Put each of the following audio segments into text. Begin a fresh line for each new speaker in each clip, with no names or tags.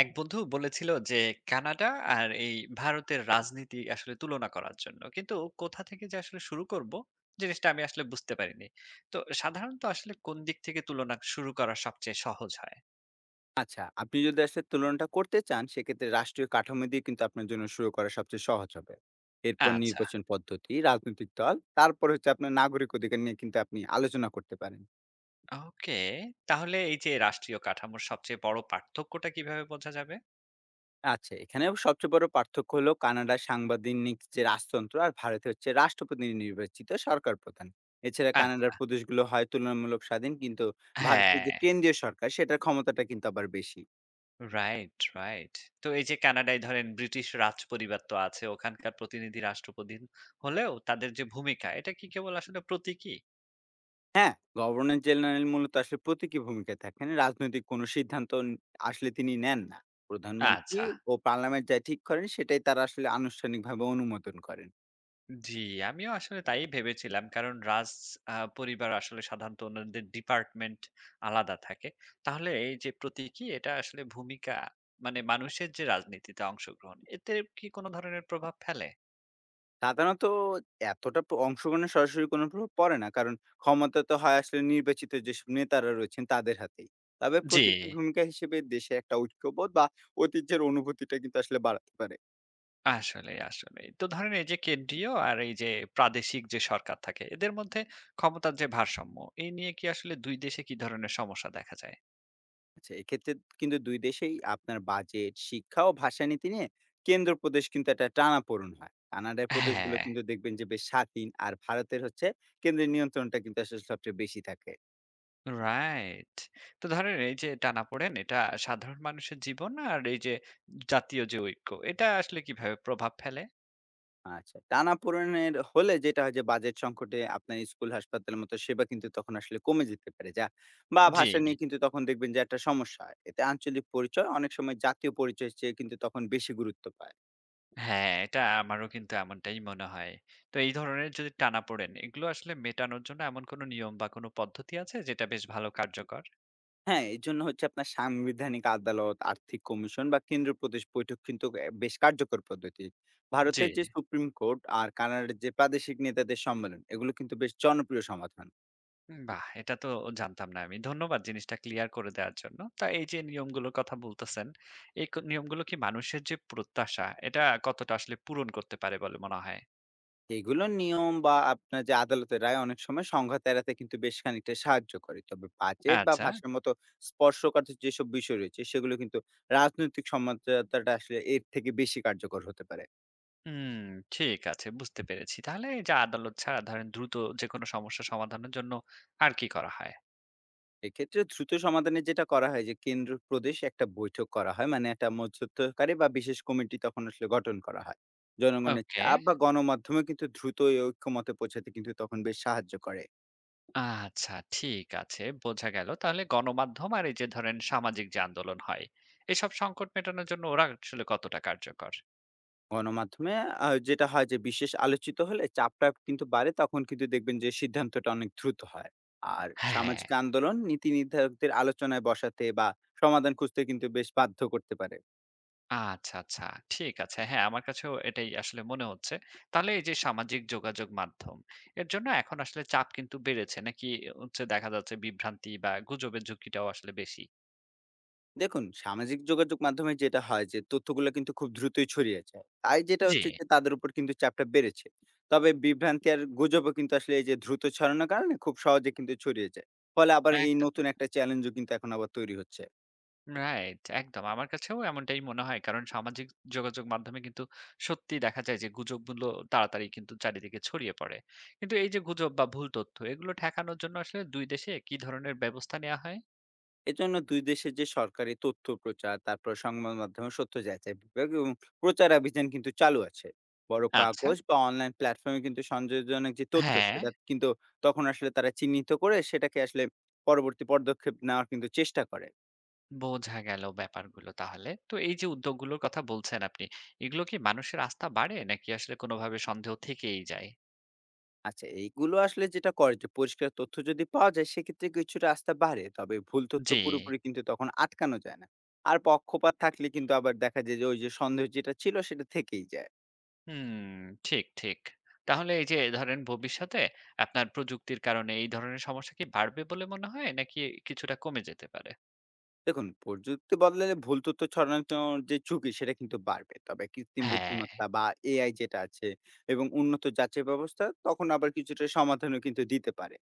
এক বন্ধু বলেছিল যে কানাডা আর এই ভারতের রাজনীতি আসলে তুলনা করার জন্য কিন্তু কোথা থেকে যে আসলে শুরু করব জিনিসটা আমি আসলে বুঝতে পারিনি তো সাধারণত আসলে কোন দিক থেকে তুলনা শুরু করা সবচেয়ে সহজ হয়।
আচ্ছা, আপনি যদি আসলে তুলনাটা করতে চান, সেক্ষেত্রে রাষ্ট্রীয় কাঠামো দিয়ে কিন্তু আপনার জন্য শুরু করা সবচেয়ে সহজ হবে। এরপর
আচ্ছা।
নির্বাচন পদ্ধতি, রাজনৈতিক দল, তারপর হচ্ছে আপনার নাগরিক অধিকার নিয়ে কিন্তু আপনি আলোচনা করতে পারেন।
ওকে। তাহলে এই যে রাষ্ট্রীয় কাঠামোর সবচেয়ে বড় পার্থক্যটা কিভাবে বোঝা যাবে?
আচ্ছা, এখানেও সবচেয়ে বড় পার্থক্য হলো কানাডার সাংবিধানিক যে রাজতন্ত্র আর ভারতে হচ্ছে রাষ্ট্রপতি নির্বাচিত সরকার প্রধান। এছাড়া
আচ্ছা।
কানাডার প্রদেশগুলো হয় তুলনামূলক স্বাধীন, কিন্তু ভারতের
হ্যাঁ।
যে কেন্দ্রীয় সরকার সেটার ক্ষমতাটা কিন্তু আবার বেশি।
Right, right. তো এই যে কানাডায় ধরেন ব্রিটিশ রাজ পরিবার তো আছে ওখানকার প্রতিনিধি রাষ্ট্রপতি হলেও তাদের যে ভূমিকা এটা কি কেবল আসলে প্রতীকী?
হ্যাঁ, গভর্নর জেনারেল মূলত আসলে প্রতীকী ভূমিকায় থাকেন। রাজনৈতিক কোনো সিদ্ধান্ত ন আসলে তিনি নেন না। প্রধানমন্ত্রী
আচ্ছা।
ও পার্লামেন্ট যা ঠিক করেন সেটাই তারা আসলে আনুষ্ঠানিকভাবে অনুমোদন করেন।
জি, আমিও আসলে তাই ভেবেছিলাম। কারণ রাজ পরিবার আসলে সাধারণত অন্যদের ডিপার্টমেন্ট আলাদা থাকে। তাহলে এই যে প্রতীকী এটা আসলে ভূমিকা মানে মানুষের যে রাজনীতিতে অংশগ্রহণ, এতে কি কোনো ধরনের প্রভাব ফেলে?
সাধারণত এতটা প অংশগ্রহণের সরাসরি কোনো প্রভাব পড়ে না। কারণ ক্ষমতা তো হয় আসলে নির্বাচিত যেসব নেতারা রয়েছেন তাদের হাতেই। তবে
জি,
প্রতীকী ভূমিকা হিসেবে দেশে একটা ঐক্যবোধ বা ঐতিহ্যের অনুভূতিটা কিন্তু আসলে বাড়াতে পারে।
আসলেই, আসলেই। তো ধরেন এই যে কেন্দ্রীয় আর এই যে প্রাদেশিক যে সরকার থাকে, এদের মধ্যে ক্ষমতার যে ভারসাম্য, এই নিয়ে কি আসলে ২ দেশে কি ধরনের সমস্যা দেখা যায়?
আচ্ছা, এক্ষেত্রে কিন্তু ২ দেশেই আপনার বাজেট, শিক্ষা ও ভাষানীতি নিয়ে কেন্দ্রপ্রদেশ কিন্তু একটা টানাপোড়েন হয়। কানাডার প্রদেশগুলো
হ্যাঁ।
কিন্তু দেখবেন যে বেশ স্বাধীন আর ভারতের হচ্ছে কেন্দ্রের নিয়ন্ত্রণটা কিন্তু আসলে সবচেয়ে বেশি থাকে।
রাইট। তো ধরেন এই যে টানাপোড়েন এটা সাধারণ মানুষের জীবন আর এই যে জাতীয় যে ঐক্য এটা আসলে কিভাবে প্রভাব ফেলে?
আচ্ছা, টানাপোড়েনের হলে যেটা হয় যে বাজেট সংকটে আপনার স্কুল, হাসপাতালের মতো সেবা কিন্তু তখন আসলে কমে যেতে পারে যা বা
জি।
ভাষা নিয়ে কিন্তু তখন দেখবেন যে একটা সমস্যা হয়। এতে আঞ্চলিক পরিচয় অনেক সময় জাতীয় পরিচয়ের চেয়ে কিন্তু তখন বেশি গুরুত্ব পায়।
হ্যাঁ, এটা আমারও কিন্তু এমনটাই মনে হয়। তো এই ধরনের যদি টানাপোড়েন এগুলো আসলে মেটানোর জন্য এমন কোনো নিয়ম বা কোনো পদ্ধতি আছে যেটা বেশ ভালো কার্যকর?
হ্যাঁ, এজন্য হচ্ছে আপনার সাংবিধানিক আদালত, আর্থিক কমিশন বা কেন্দ্রীয় প্রদেশ বৈঠক কিন্তু এ বেশ কার্যকর পদ্ধতি।
জি।
ভারতের যে সুপ্রিম কোর্ট আর কানাডার যে প্রাদেশিক নেতাদের সম্মেলন, এগুলো কিন্তু বেশ জনপ্রিয় সমাধান।
বাহ! এটা তো জানতাম না আমি। ধন্যবাদ জিনিসটা ক্লিয়ার করে দেওয়ার জন্য। তা এই যে নিয়মগুলোর কথা বলতেছেন, এই ক নিয়মগুলো কি মানুষের যে প্রত্যাশা এটা কতটা আসলে পূরণ করতে পারে বলে মনে হয়?
এগুলোর নিয়ম বা আপনার যে আদালতের রায় অনেক সময় সংঘাত এড়াতে কিন্তু বেশ খানিকটা সাহায্য করে। তবে বাজেট বা
আচ্ছা।
ভাষার মতো স্পর্শকাতর যেসব বিষয় রয়েছে, সেগুলো কিন্তু রাজনৈতিক সমঝোতাটা আসলে এর থেকে বেশি কার্যকর হতে পারে।
হুম, ঠিক আছে বুঝতে পেরেছি। তাহলে এই যে আদালত ছাড়া ধরেন দ্রুত যেকোনো সমস্যা সমাধানের জন্য আর কি করা হয়?
এক্ষেত্রে দ্রুত সমাধানে যেটা করা হয় যে কেন্দ্র প্রদেশ একটা বৈঠক করা হয় মানে একটা মধ্যস্থকারী বা বিশেষ কমিটি তখন আসলে গঠন করা হয়। জনগণের
ওকে।
চাপ বা গণমাধ্যমে কিন্তু দ্রুত এই ঐক্যমতে পৌঁছাতে কিন্তু তখন বেশ সাহায্য করে।
আচ্ছা ঠিক আছে, বোঝা গেল। তাহলে গণমাধ্যম আর এই যে ধরেন সামাজিক যে আন্দোলন হয়, এসব সংকট মেটানোর জন্য ওরা আসলে কতটা কার্যকর?
গণমাধ্যমে যেটা হয় যে বিশেষ আলোচিত হলে চাপটা কিন্তু বাড়ে তখন কিন্তু দেখবেন যে সিদ্ধান্তটা অনেক দ্রুত হয়। আর
হ্যাঁ।
সামাজিক আন্দোলন নীতি নির্ধারকদের আলোচনায় বসাতে বা সমাধান খুঁজতে কিন্তু বেশ বাধ্য করতে পারে।
আচ্ছা, আচ্ছা। ঠিক আছে। হ্যাঁ, আমার কাছেও এটাই আসলে মনে হচ্ছে। তাহলে এই যে সামাজিক যোগাযোগ মাধ্যম, এর জন্য এখন আসলে চাপ কিন্তু বেড়েছে নাকি হচ্ছে দেখা যাচ্ছে বিভ্রান্তি বা গুজবের ঝুঁকিটাও আসলে বেশি?
দেখুন, সামাজিক যোগাযোগ মাধ্যমে যেটা হয় যে তথ্যগুলো কিন্তু খুব দ্রুতই ছড়িয়ে যায়। তাই যেটা
জি,
হচ্ছে যে তাদের উপর কিন্তু চাপটা বেড়েছে। তবে বিভ্রান্তি আর গুজবও কিন্তু আসলে এই যে দ্রুত ছড়ানোর কারণে খুব সহজে কিন্তু ছড়িয়ে যায়। ফলে আবার এই
একদম।
নতুন একটা চ্যালেঞ্জও কিন্তু এখন আবার তৈরি হচ্ছে।
রাইট, একদম। আমার কাছেও এমনটাই মনে হয়। কারণ সামাজিক যোগাযোগ মাধ্যমে কিন্তু সত্যিই দেখা যায় যে গুজবগুলো তাড়াতাড়ি কিন্তু চারিদিকে ছড়িয়ে পড়ে। কিন্তু এই যে গুজব বা ভুল তথ্য এগুলো ঠেকানোর জন্য আসলে ২ দেশে কি ধরনের ব্যবস্থা নেওয়া হয়?
এজন্য ২ দেশের যে সরকারি তথ্য প্রচার, তারপর সংবাদ মাধ্যমে সত্য যাচাই বিভাগ এবং প্রচার অভিযান কিন্তু চালু আছে। বড়
আচ্ছা,
কাগজ বা অনলাইন প্ল্যাটফর্মে কিন্তু সন্দেহজনক যে তথ্য,
হ্যাঁ,
সেটা কিন্তু তখন আসলে তারা চিহ্নিত করে সেটাকে আসলে পরবর্তী পদক্ষেপ নেওয়ার কিন্তু চেষ্টা করে।
বোঝা গেল ব্যাপারগুলো তাহলে। তো এই যে উদ্যোগগুলোর কথা বলছেন আপনি, এগুলো কি মানুষের আস্থা বাড়ে নাকি আসলে কোনোভাবে সন্দেহ থেকেই যায়?
আচ্ছা, এইগুলো আসলে যেটা করে যে পরিষ্কার তথ্য যদি পাওয়া যায়, সেক্ষেত্রে কিছুটা আস্থা বাড়ে। তবে ভুল তথ্য
জি।
পুরোপুরি কিন্তু তখন আটকানো যায় না। আর পক্ষপাত থাকলে কিন্তু আবার দেখা যায় যে ওই যে সন্দেহ যেটা ছিল, সেটা থেকেই যায়।
হুম, ঠিক, ঠিক। তাহলে এই যে ধরেন ভবিষ্যতে আপনার প্রযুক্তির কারণে এই ধরনের সমস্যা কি বাড়বে বলে মনে হয়? নাকি কিছুটা কমে যেতে পারে?
দেখুন, প্রযুক্তি বদলালে ভুল তথ্য ছড়ানোর যে ঝুঁকি সেটা কিন্তু বাড়বে। তবে কৃত্রিম
হ্যাঁ,
বুদ্ধিমত্তা বা AI যেটা আছে এবং উন্নত যাচাই ব্যবস্থা তখন আবার কিছুটা সমাধানও কিন্তু দিতে পারে।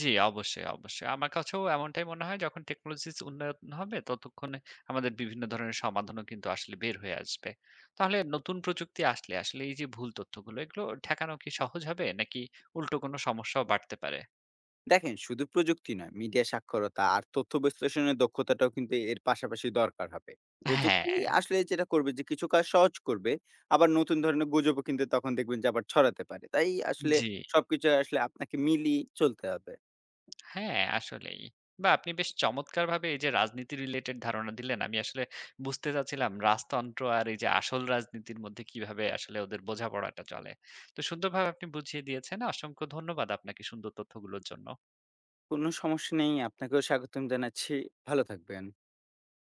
জি অবশ্যই, অবশ্যই। আমার কাছেও এমনটাই মনে হয় যখন টেকনোলজিস উন্নয়ন হবে ততক্ষণে আমাদের বিভিন্ন ধরনের সমাধানও কিন্তু আসলে বের হয়ে আসবে। তাহলে নতুন প্রযুক্তি আসলে এই যে ভুল তথ্যগুলো এগুলো ঠেকানো কি সহজ হবে? নাকি উল্টো কোনো সমস্যাও বাড়তে পারে?
দেখেন শুধু প্রযুক্তি নয়, মিডিয়া সাক্ষরতা আর তথ্য বিশ্লেষণের দক্ষতাটাও কিন্তু এর পাশাপাশি দরকার হবে।
হ্যাঁ,
প্রযুক্তি আসলে যেটা করবে যে কিছু কাজ সহজ করবে, আবার নতুন ধরনের গুজবও কিন্তু তখন দেখবেন যে আবার ছড়াতে পারে। তাই আসলে
জি।
সবকিছু আসলে আপনাকে মিলিয়ে চলতে হবে।
হ্যাঁ, আসলেই। বা আপনি বেশ চমৎকারভাবে এই যে রাজনীতি রিলেটেড ধারণা দিলেন। আমি আসলে বুঝতে চাচ্ছিলাম রাজতন্ত্র আর এই যে আসল রাজনীতির মধ্যে কিভাবে আসলে ওদের বোঝাপড়াটা চলে। তো সুন্দরভাবে আপনি বুঝিয়ে দিয়েছেন। অসংখ্য ধন্যবাদ আপনাকে সুন্দর তথ্যগুলোর জন্য।
কোনো সমস্যা নেই। আপনাকেও স্বাগতম জানাচ্ছি। ভালো থাকবেন।